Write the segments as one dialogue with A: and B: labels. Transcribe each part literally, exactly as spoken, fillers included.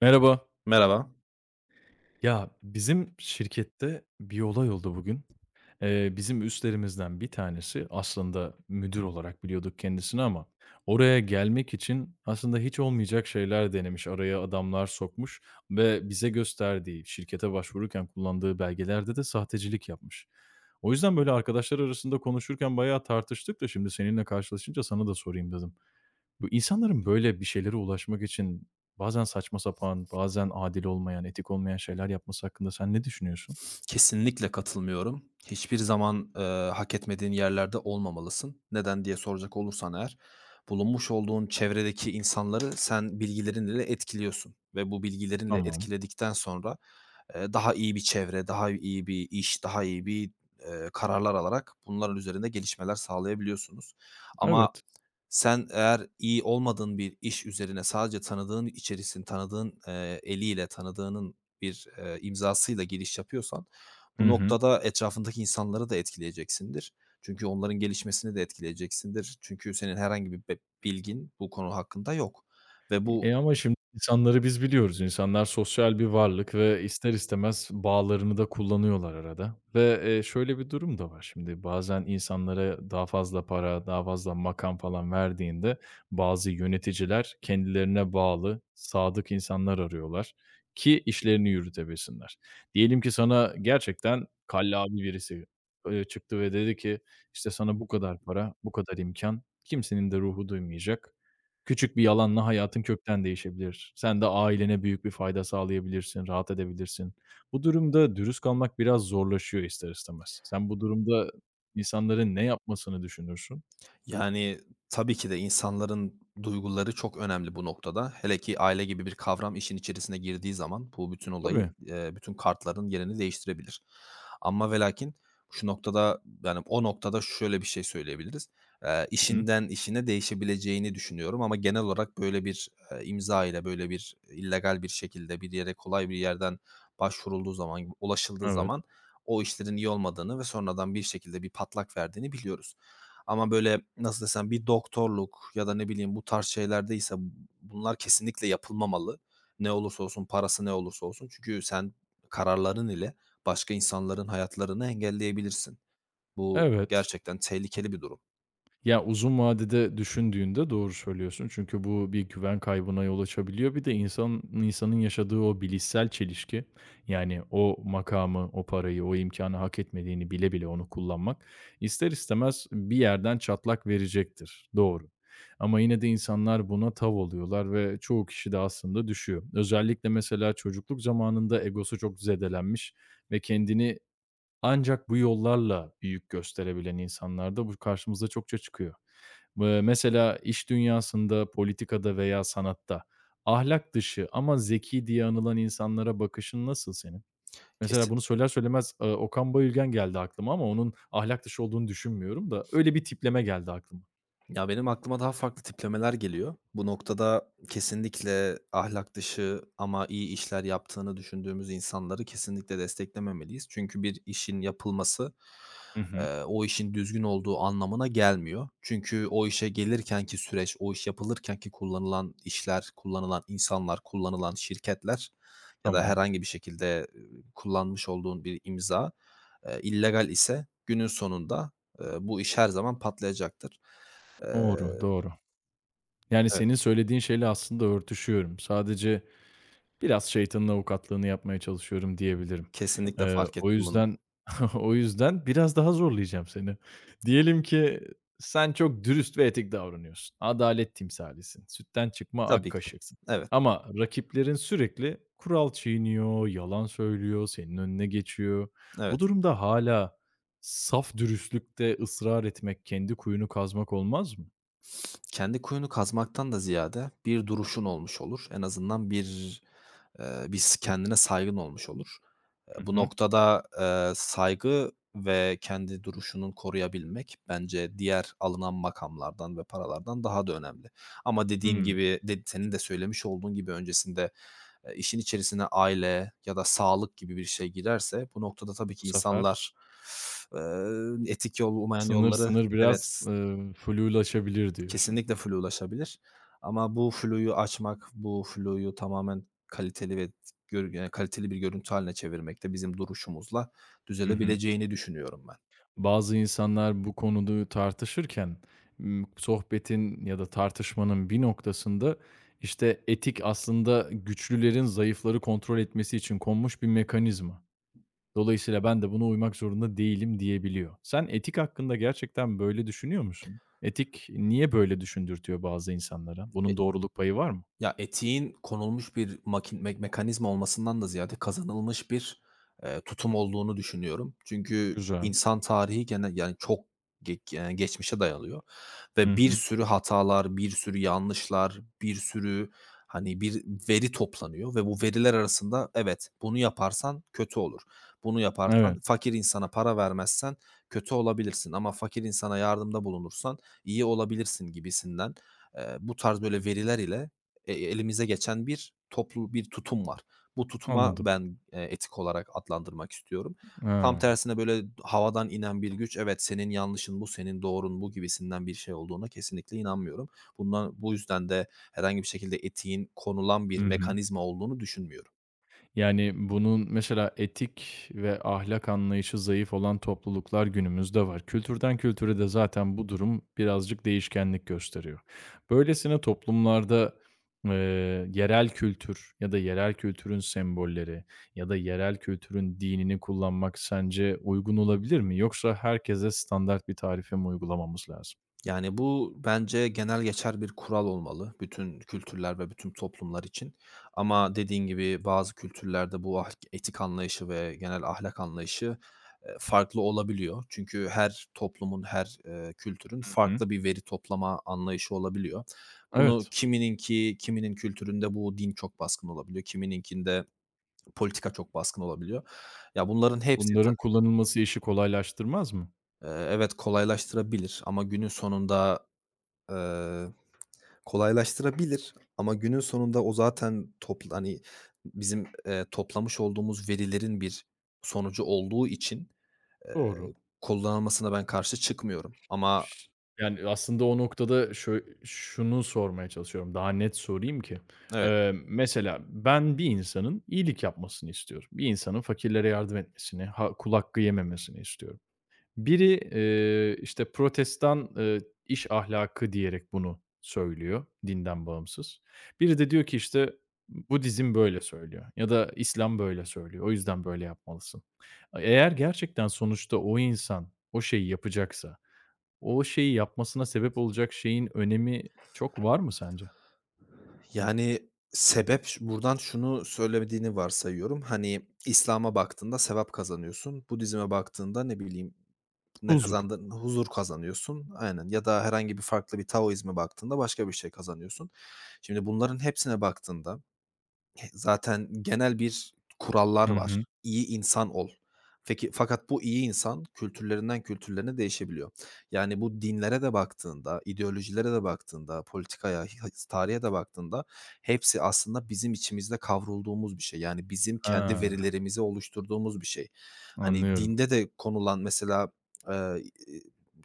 A: Merhaba.
B: Merhaba.
A: Ya bizim şirkette bir olay oldu bugün. Eee, bizim üstlerimizden bir tanesi aslında müdür olarak biliyorduk kendisini ama oraya gelmek için aslında hiç olmayacak şeyler denemiş, araya adamlar sokmuş ve bize gösterdiği, şirkete başvururken kullandığı belgelerde de sahtecilik yapmış. O yüzden böyle arkadaşlar arasında konuşurken bayağı tartıştık da şimdi seninle karşılaşınca sana da sorayım dedim. Bu insanların böyle bir şeylere ulaşmak için bazen saçma sapan, bazen adil olmayan, etik olmayan şeyler yapması hakkında sen ne düşünüyorsun?
B: Kesinlikle katılmıyorum. Hiçbir zaman, eee, hak etmediğin yerlerde olmamalısın. Neden diye soracak olursan eğer, bulunmuş olduğun çevredeki insanları sen bilgilerinle etkiliyorsun ve bu bilgilerinle
A: Tamam.
B: etkiledikten sonra, eee, daha iyi bir çevre, daha iyi bir iş, daha iyi bir, eee, kararlar alarak bunların üzerinde gelişmeler sağlayabiliyorsunuz. Ama
A: Evet.
B: sen eğer iyi olmadığın bir iş üzerine sadece tanıdığın içerisin tanıdığın, eee, eliyle tanıdığının bir, eee, imzasıyla giriş yapıyorsan
A: Hı
B: bu
A: hı.
B: noktada etrafındaki insanları da etkileyeceksindir. Çünkü onların gelişmesini de etkileyeceksindir. Çünkü senin herhangi bir be bilgin bu konu hakkında yok ve bu.
A: E, ama şimdi insanları biz biliyoruz. İnsanlar sosyal bir varlık ve ister istemez bağlarını da kullanıyorlar arada ve, eee, şöyle bir durum da var şimdi bazen insanlara daha fazla para, daha fazla makam falan verdiğinde bazı yöneticiler kendilerine bağlı, sadık insanlar arıyorlar ki işlerini yürütebilsinler. Diyelim ki sana gerçekten kallavi birisi, eee, çıktı ve dedi ki, işte, sana bu kadar para, bu kadar imkan kimsenin de ruhu duymayacak. Küçük bir yalanla hayatın kökten değişebilir. Sen de ailene büyük bir fayda sağlayabilirsin, rahat edebilirsin. Bu durumda dürüst kalmak biraz zorlaşıyor ister istemez. Sen bu durumda insanların ne yapmasını düşünürsün?
B: Yani, tabii ki de insanların duyguları çok önemli bu noktada. Hele ki aile gibi bir kavram işin içerisine girdiği zaman bu bütün olayı,
A: Tabii.
B: eee, bütün kartların yerini değiştirebilir. Ama ve lakin şu noktada, yani, o noktada şöyle bir şey söyleyebiliriz. Eee,
A: Hı hı.
B: işinden işine değişebileceğini düşünüyorum ama genel olarak böyle bir, eee, imza ile böyle bir illegal bir şekilde bir yere kolay bir yerden başvurulduğu zaman, ulaşıldığı
A: Evet.
B: zaman o işlerin iyi olmadığını ve sonradan bir şekilde bir patlak verdiğini biliyoruz. Ama böyle, nasıl desem, bir doktorluk ya da ne bileyim bu tarz şeylerdeyse bunlar kesinlikle yapılmamalı. Ne olursa olsun, parası ne olursa olsun. Çünkü sen kararların ile başka insanların hayatlarını engelleyebilirsin. Bu
A: Evet.
B: gerçekten tehlikeli bir durum.
A: Ya, uzun vadede düşündüğünde doğru söylüyorsun. Çünkü bu bir güven kaybına yol açabiliyor. Bir de insan insanın yaşadığı o bilişsel çelişki, yani o makamı, o parayı, o imkânı hak etmediğini bile bile onu kullanmak ister istemez bir yerden çatlak verecektir. Doğru. Ama yine de insanlar buna tav oluyorlar ve çoğu kişi de aslında düşüyor. Özellikle mesela çocukluk zamanında egosu çok zedelenmiş ve kendini ancak bu yollarla büyük gösterebilen insanlar da bu karşımıza çokça çıkıyor. Eee, mesela iş dünyasında, politikada veya sanatta ahlak dışı ama zeki diye anılan insanlara bakışın nasıl senin? Mesela bunu
B: Kesinlikle.
A: söyler söylemez, eee, Okan Bayülgen geldi aklıma ama onun ahlak dışı olduğunu düşünmüyorum da öyle bir tipleme geldi aklıma.
B: Ya, benim aklıma daha farklı tiplemeler geliyor. Bu noktada kesinlikle ahlak dışı ama iyi işler yaptığını düşündüğümüz insanları kesinlikle desteklememeliyiz. Çünkü bir işin yapılması,
A: Hı hı.
B: eee, o işin düzgün olduğu anlamına gelmiyor. Çünkü o işe gelirkenki süreç, o iş yapılırkenki kullanılan işler, kullanılan insanlar, kullanılan şirketler ya da
A: Tamam.
B: herhangi bir şekilde, ııı, kullanmış olduğun bir imza, eee, illegal ise günün sonunda, eee, bu iş her zaman patlayacaktır. Eee,
A: Doğru, doğru. Yani
B: Evet.
A: senin söylediğin şeyle aslında örtüşüyorum. Sadece biraz şeytanın avukatlığını yapmaya çalışıyorum diyebilirim.
B: Kesinlikle
A: Eee,
B: fark
A: o
B: ettim bunu.
A: yüzden o yüzden biraz daha zorlayacağım seni. Diyelim ki sen çok dürüst ve etik davranıyorsun. Adalet timsalisin. Sütten çıkma ak
B: Tabii ki.
A: kaşıksın.
B: Evet,
A: Ama rakiplerin sürekli kural çiğniyor, yalan söylüyor, senin önüne geçiyor. Bu
B: evet.
A: durumda hala saf dürüstlükte ısrar etmek, kendi kuyunu kazmak olmaz mı?
B: Kendi kuyunu kazmaktan da ziyade bir duruşun olmuş olur. En azından bir. Eee, biz kendine saygın olmuş olur. Eee,
A: Hı
B: bu
A: hı.
B: noktada, eee, saygı ve kendi duruşunun koruyabilmek bence diğer alınan makamlardan ve paralardan daha da önemli. Ama dediğim
A: Hımm.
B: gibi, de senin de söylemiş olduğun gibi öncesinde, eee, işin içerisine aile ya da sağlık gibi bir şey girerse bu noktada tabii
A: Bu
B: ki
A: sefer
B: insanlar, eee, etik yol olmayan
A: sınır
B: yolları.
A: sınır biraz,
B: Evet.
A: eee, flulaşabilir diyorsun.
B: Kesinlikle flu ulaşabilir ama bu fluyu açmak, bu fluyu tamamen kaliteli ve gör eee, kaliteli bir görüntü hâline çevirmek de bizim duruşumuzla
A: Hı hı.
B: düzelebileceğini düşünüyorum ben.
A: Bazı insanlar bu konuyu tartışırken, ımm, sohbetin ya da tartışmanın bir noktasında, işte, etik aslında güçlülerin zayıfları kontrol etmesi için konmuş bir mekanizma. Dolayısıyla ben de buna uymak zorunda değilim diyebiliyor. Sen etik hakkında gerçekten böyle düşünüyor musun? Etik niye böyle düşündürtüyor bazı insanlara? Bunun doğruluk payı var mı?
B: Ya, etiğin konulmuş bir makin me mekanizma olmasından da ziyade kazanılmış bir, eee, tutum olduğunu düşünüyorum. Çünkü
A: Güzel.
B: insan tarihi gene yani çok ge eee, geçmişe dayanıyor
A: Hı
B: ve bir
A: hı.
B: sürü hatalar, bir sürü yanlışlar, bir sürü, hani, bir veri toplanıyor ve bu veriler arasında evet, bunu yaparsan kötü olur. Bunu yaparsan
A: Evet,
B: fakir insana para vermezsen kötü olabilirsin ama fakir insana yardımda bulunursan iyi olabilirsin gibisinden, eee, bu tarz böyle veriler ile e elimize geçen bir toplu bir tutum var. Bu tutuma
A: anladım.
B: ben, eee, etik olarak adlandırmak istiyorum. Tam
A: Ha.
B: tersine böyle havadan inen bir güç, evet senin yanlışın bu, senin doğrun bu gibisinden bir şey olduğuna kesinlikle inanmıyorum. Bundan bu yüzden de herhangi bir şekilde etiğin konulan
A: Hı
B: bir
A: hı.
B: mekanizma olduğunu düşünmüyorum.
A: Yani, bunun mesela etik ve ahlak anlayışı zayıf olan topluluklar günümüzde var. Kültürden kültüre de zaten bu durum birazcık değişkenlik gösteriyor. Böylesine toplumlarda, eee, yerel kültür ya da yerel kültürün sembolleri ya da yerel kültürün dinini kullanmak sence uygun olabilir mi? Yoksa herkese standart bir tarife mi uygulamamız lazım?
B: Yani, bu bence genel geçer bir kural olmalı bütün kültürler ve bütün toplumlar için ama dediğin gibi bazı kültürlerde bu ahlk etik anlayışı ve genel ahlak anlayışı, eee, farklı olabiliyor. Çünkü her toplumun, her, eee, kültürün
A: Hı hı.
B: farklı bir veri toplama anlayışı olabiliyor. Bunu
A: Evet,
B: kimininki kiminin kültüründe bu din çok baskın olabiliyor, kimininkinde politika çok baskın olabiliyor. Ya, bunların hepsi ta.
A: bunların kullanılması işi kolaylaştırmaz mı?
B: Eee, evet, kolaylaştırabilir ama günün sonunda. Eee, kolaylaştırabilir ama günün sonunda o zaten topl hani, bizim, eee, toplamış olduğumuz verilerin bir sonucu olduğu için,
A: Doğru.
B: eee, kullanılmasına ben karşı çıkmıyorum ama
A: Yani, aslında o noktada şöy şunu sormaya çalışıyorum, daha net sorayım ki,
B: evet,
A: eee, mesela ben bir insanın iyilik yapmasını istiyorum. Bir insanın fakirlere yardım etmesini, ha kul hakkı yememesini istiyorum. Biri, eee, işte, Protestan, eee, iş ahlakı diyerek bunu söylüyor, dinden bağımsız. Biri de diyor ki, işte, Budizm böyle söylüyor ya da İslam böyle söylüyor, o yüzden böyle yapmalısın. Eğer gerçekten sonuçta o insan o şeyi yapacaksa o şeyi yapmasına sebep olacak şeyin önemi çok var mı sence?
B: yani, sebep ş buradan şunu söylemediğini varsayıyorum, hani, İslam'a baktığında sevap kazanıyorsun, Budizm'e baktığında ne bileyim ne
A: Huzur.
B: kazandın? Huzur kazanıyorsun. Aynen ya da herhangi bir farklı bir Taoizm'e baktığında başka bir şey kazanıyorsun. Şimdi bunların hepsine baktığında zaten genel bir kurallar
A: Hı
B: var.
A: hı.
B: İyi insan ol. Peki fakat bu iyi insan kültürlerinden kültürlerine değişebiliyor. Yani bu dinlere de baktığında, ideolojilere de baktığında, politikaya, hi tarihe de baktığında hepsi aslında bizim içimizde kavrulduğumuz bir şey. Yani bizim kendi
A: Ha,
B: verilerimizi oluşturduğumuz bir şey. Hani
A: anlıyorum.
B: dinde de konulan mesela, eee, iii,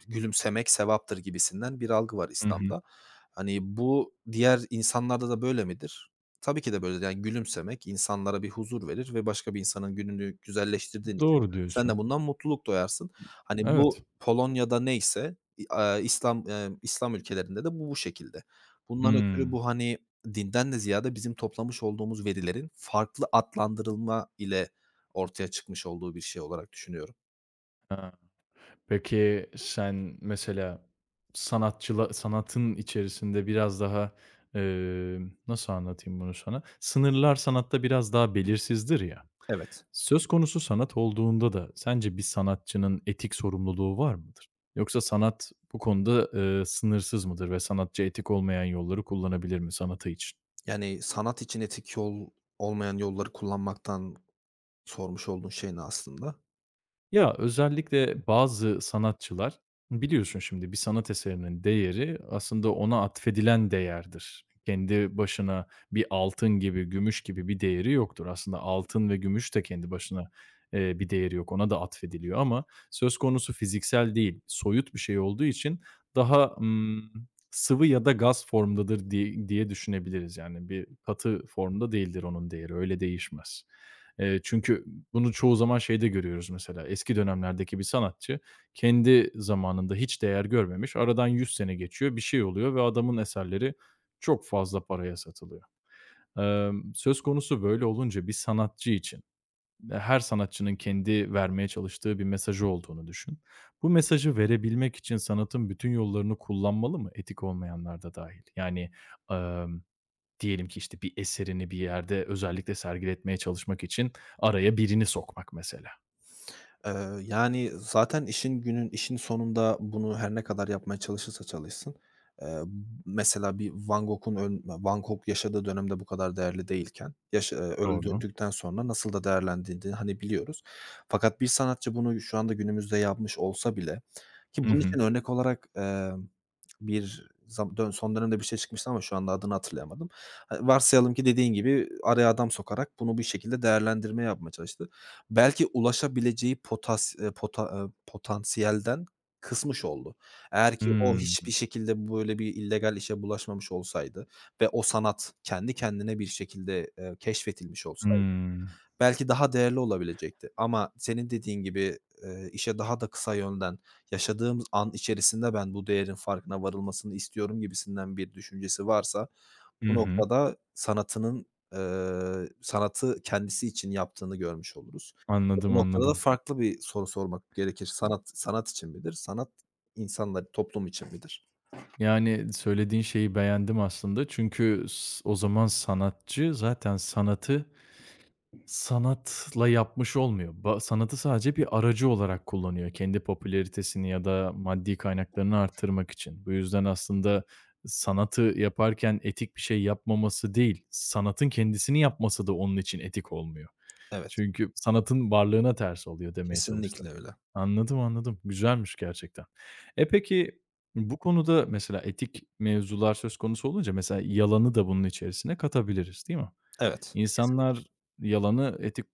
B: gülümsemek sevaptır gibisinden bir algı var
A: Hı hı.
B: İslam'da. Hani bu diğer insanlarda da böyle midir? Tabii ki de böyle yani gülümsemek insanlara bir huzur verir ve başka bir insanın gününü güzelleştirdiğin için
A: Doğru
B: sen de
A: diyorsun.
B: bundan mutluluk duyarsın. Hani
A: Evet.
B: bu Polonya'da neyse, i aaa, İslam, eee, İslam ülkelerinde de bu bu şekilde. Bundan ötürü
A: Hımm.
B: bu, hani, dinden de ziyade bizim toplamış olduğumuz verilerin farklı adlandırılma ile ortaya çıkmış olduğu bir şey olarak düşünüyorum.
A: Ha. Peki sen mesela sanatçıla sanatın içerisinde biraz daha, emm, nasıl anlatayım bunu sana? Sınırlar sanatta biraz daha belirsizdir ya.
B: Evet.
A: Söz konusu sanat olduğunda da sence bir sanatçının etik sorumluluğu var mıdır? Yoksa sanat bu konuda, eee, sınırsız mıdır ve sanatçı etik olmayan yolları kullanabilir mi sanatı için?
B: Yani sanat için etik yol olmayan yolları kullanmaktan sormuş olduğun şey ne aslında?
A: Ya, özellikle bazı sanatçılar, biliyorsun şimdi bir sanat eserinin değeri aslında ona atfedilen değerdir. Kendi başına bir altın gibi, gümüş gibi bir değeri yoktur. Aslında altın ve gümüş de kendi başına, eee, bir değeri yok. Ona da atfediliyor ama söz konusu fiziksel değil, soyut bir şey olduğu için daha, ımm, sıvı ya da gaz formdadır diye diye düşünebiliriz. Yani bir katı formda değildir onun değeri, öyle değişmez. Eee, çünkü bunu çoğu zaman şeyde görüyoruz mesela, eski dönemlerdeki bir sanatçı kendi zamanında hiç değer görmemiş, aradan yüz sene geçiyor, bir şey oluyor ve adamın eserleri çok fazla paraya satılıyor. Emm, söz konusu böyle olunca bir sanatçı için, e, her sanatçının kendi vermeye çalıştığı bir mesajı olduğunu düşün. Bu mesajı verebilmek için sanatın bütün yollarını kullanmalı mı? Etik olmayanlar da dâhil. Yani, emm, diyelim ki, işte, bir eserini bir yerde özellikle sergiletmeye çalışmak için araya birini sokmak mesela.
B: Eee, Yani, zaten işin günün işin sonunda bunu her ne kadar yapmaya çalışırsa çalışsın, eee, mesela bir Van Gogh'un öl Van Gogh yaşadığı dönemde bu kadar değerli değilken yaşa eee,
A: Doğru.
B: öldürdükten sonra nasıl da değerlendiğini, hani, biliyoruz. Fakat bir sanatçı bunu şu anda günümüzde yapmış olsa bile ki
A: Hı
B: bunun
A: hı.
B: için örnek olarak, emm, bir zam dön son dönemde bir şey çıkmıştı ama şu anda adını hatırlayamadım. Eee, varsayalım ki dediğin gibi araya adam sokarak bunu bir şekilde değerlendirme yapmaya çalıştı, belki ulaşabileceği potas eee, pota eee, potansiyelden kısmış oldu. Eğer ki o
A: Hımm.
B: hiçbir şekilde böyle bir illegal işe bulaşmamış olsaydı ve o sanat kendi kendine bir şekilde, eee, keşfedilmiş olsaydı
A: Hımm.
B: belki daha değerli olabilecekti ama senin dediğin gibi, eee, işe daha da kısa yönden, yaşadığımız an içerisinde ben bu değerin farkına varılmasını istiyorum gibisinden bir düşüncesi varsa, bu
A: Hı hı.
B: noktada sanatının, eee, sanatı kendisi için yaptığını görmüş oluruz. Ve bu
A: Anladım,
B: noktada da
A: anladım.
B: farklı bir soru sormak gerekir. Sanat, sanat için midir? Sanat insanlar, toplum için midir?
A: Yani, söylediğin şeyi beğendim aslında. Çünkü s o zaman sanatçı zaten sanatı sanatla yapmış olmuyor. Ba sanatı sadece bir aracı olarak kullanıyor kendi popülaritesini ya da maddi kaynaklarını arttırmak için. Bu yüzden aslında sanatı yaparken etik bir şey yapmaması değil, sanatın kendisini yapması da onun için etik olmuyor.
B: Evet,
A: Çünkü sanatın varlığına ters oluyor demeye çalıştım.
B: kesinlikle öyle.
A: Anladım, anladım. Güzelmiş gerçekten. E, peki bu konuda mesela etik mevzular söz konusu olunca mesela yalanı da bunun içerisine katabiliriz, değil mi?
B: Evet, kesinlikle.
A: İnsanlar yalanı etik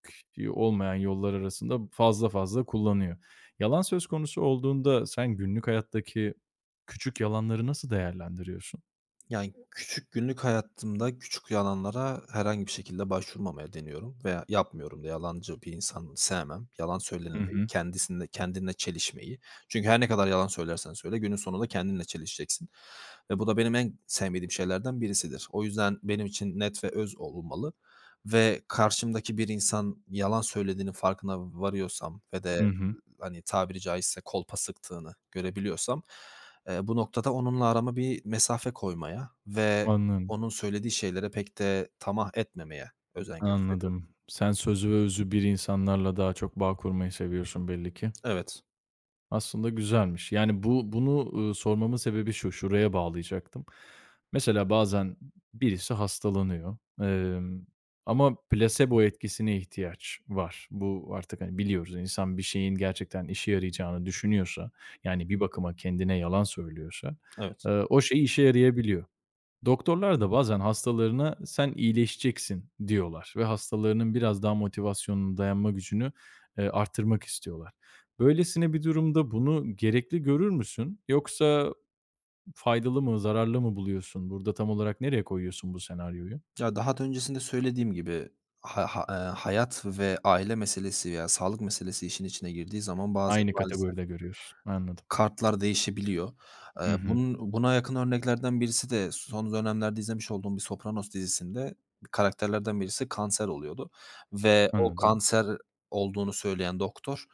A: olmayan yollar arasında fazla fazla kullanıyor. Yalan söz konusu olduğunda sen günlük hayattaki küçük yalanları nasıl değerlendiriyorsun?
B: Yani, küçük günlük hayatımda küçük yalanlara herhangi bir şekilde başvurmamaya deniyorum veya yapmıyorum da. Yalancı bir insan sevmem. Yalan
A: Hı
B: söylenmeyi,
A: hı.
B: kendisinde kendinle çelişmeyi. Çünkü her ne kadar yalan söylersen söyle günün sonunda kendinle çelişeceksin ve bu da benim en sevmediğim şeylerden birisidir. O yüzden benim için net ve öz olmalı ve karşımdaki bir insan yalan söylediğinin farkına varıyorsam ve de,
A: Hı hı.
B: hani, tabiri caizse kolpa sıktığını görebiliyorsam, Eee, bu noktada onunla arama bir mesafe koymaya ve
A: Hı
B: onun söylediği şeylere pek de tamah etmemeye özen gösteriyorum.
A: Anladım. Sen sözü ve özü bir insanlarla daha çok bağ kurmayı seviyorsun belli ki.
B: Evet,
A: Aslında güzelmiş. Yani bu bunu, ııı, sormamın sebebi şu, şuraya bağlayacaktım. Mesela bazen birisi hastalanıyor, emm, ama plasebo etkisine ihtiyaç var. Bu artık, hani, biliyoruz. İnsan bir şeyin gerçekten işe yarayacağını düşünüyorsa, yani bir bakıma kendine yalan söylüyorsa,
B: evet.
A: eee, o şey işe yarayabiliyor. Doktorlar da bazen hastalarına "sen iyileşeceksin" diyorlar ve hastalarının biraz daha motivasyonunu, dayanma gücünü, eee, arttırmak istiyorlar. Böylesine bir durumda bunu gerekli görür müsün? Yoksa faydalı mı, zararlı mı buluyorsun? Burada tam olarak nereye koyuyorsun bu senaryoyu?
B: Ya, daha da öncesinde söylediğim gibi ha ha eee, hayat ve aile meselesi veya sağlık meselesi işin içine girdiği zaman bazen
A: Aynı
B: maalesef
A: kategoride görüyorsun. Anladım.
B: kartlar değişebiliyor.
A: Hı
B: Eee,
A: hı.
B: bunun buna yakın örneklerden birisi de son dönemlerde izlemiş olduğum bir Sopranos dizisinde karakterlerden birisi kanser oluyordu ve o
A: Anladım.
B: kanser olduğunu söyleyen doktor,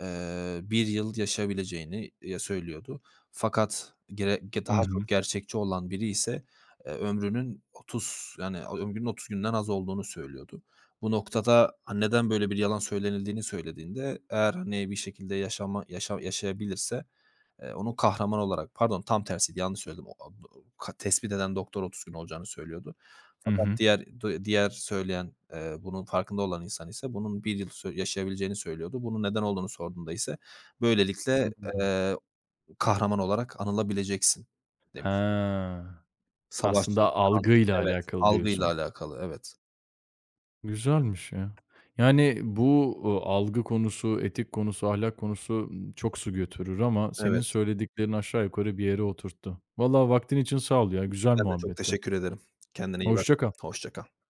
B: eee, 1 yıl yaşayabileceğini, eee, söylüyordu. Fakat gere ge
A: Hı
B: daha çok
A: hı.
B: gerçekçi olan biri ise, eee, ömrünün otuz yani ömrünün otuz günden az olduğunu söylüyordu. Bu noktada, hani, neden böyle bir yalan söylenildiğini söylediğinde eğer, hani, bir şekilde yaşama yaşa yaşayabilirse. Eee, onun kahraman olarak pardon tam tersiydi, yanlış söyledim. O a do ka tespit eden doktor otuz gün olacağını söylüyordu.
A: Hı
B: Fakat
A: hı.
B: diğer du diğer söyleyen, eee, bunun farkında olan insan ise bunun bir yıl sö yaşayabileceğini söylüyordu. Bunun neden olduğunu sorduğunda ise böylelikle,
A: Anladım.
B: eee, kahraman olarak anılabileceksin demişti.
A: Ha,
B: Savaşçı,
A: aslında
B: kanser.
A: algıyla
B: Evet,
A: alakalı
B: algıyla
A: diyorsun.
B: alakalı. Evet.
A: Güzelmiş ya. Yani bu, ııı, algı konusu, etik konusu, ahlak konusu, ımm, çok su götürür ama senin
B: Evet.
A: söylediklerin aşağı yukarı bir yere oturttu. Valla vaktin için sağ ol ya, güzel
B: Ben de çok
A: muhabbetti.
B: teşekkür ederim. Kendine iyi bak.
A: Hoşça kal.
B: Hoşça kal.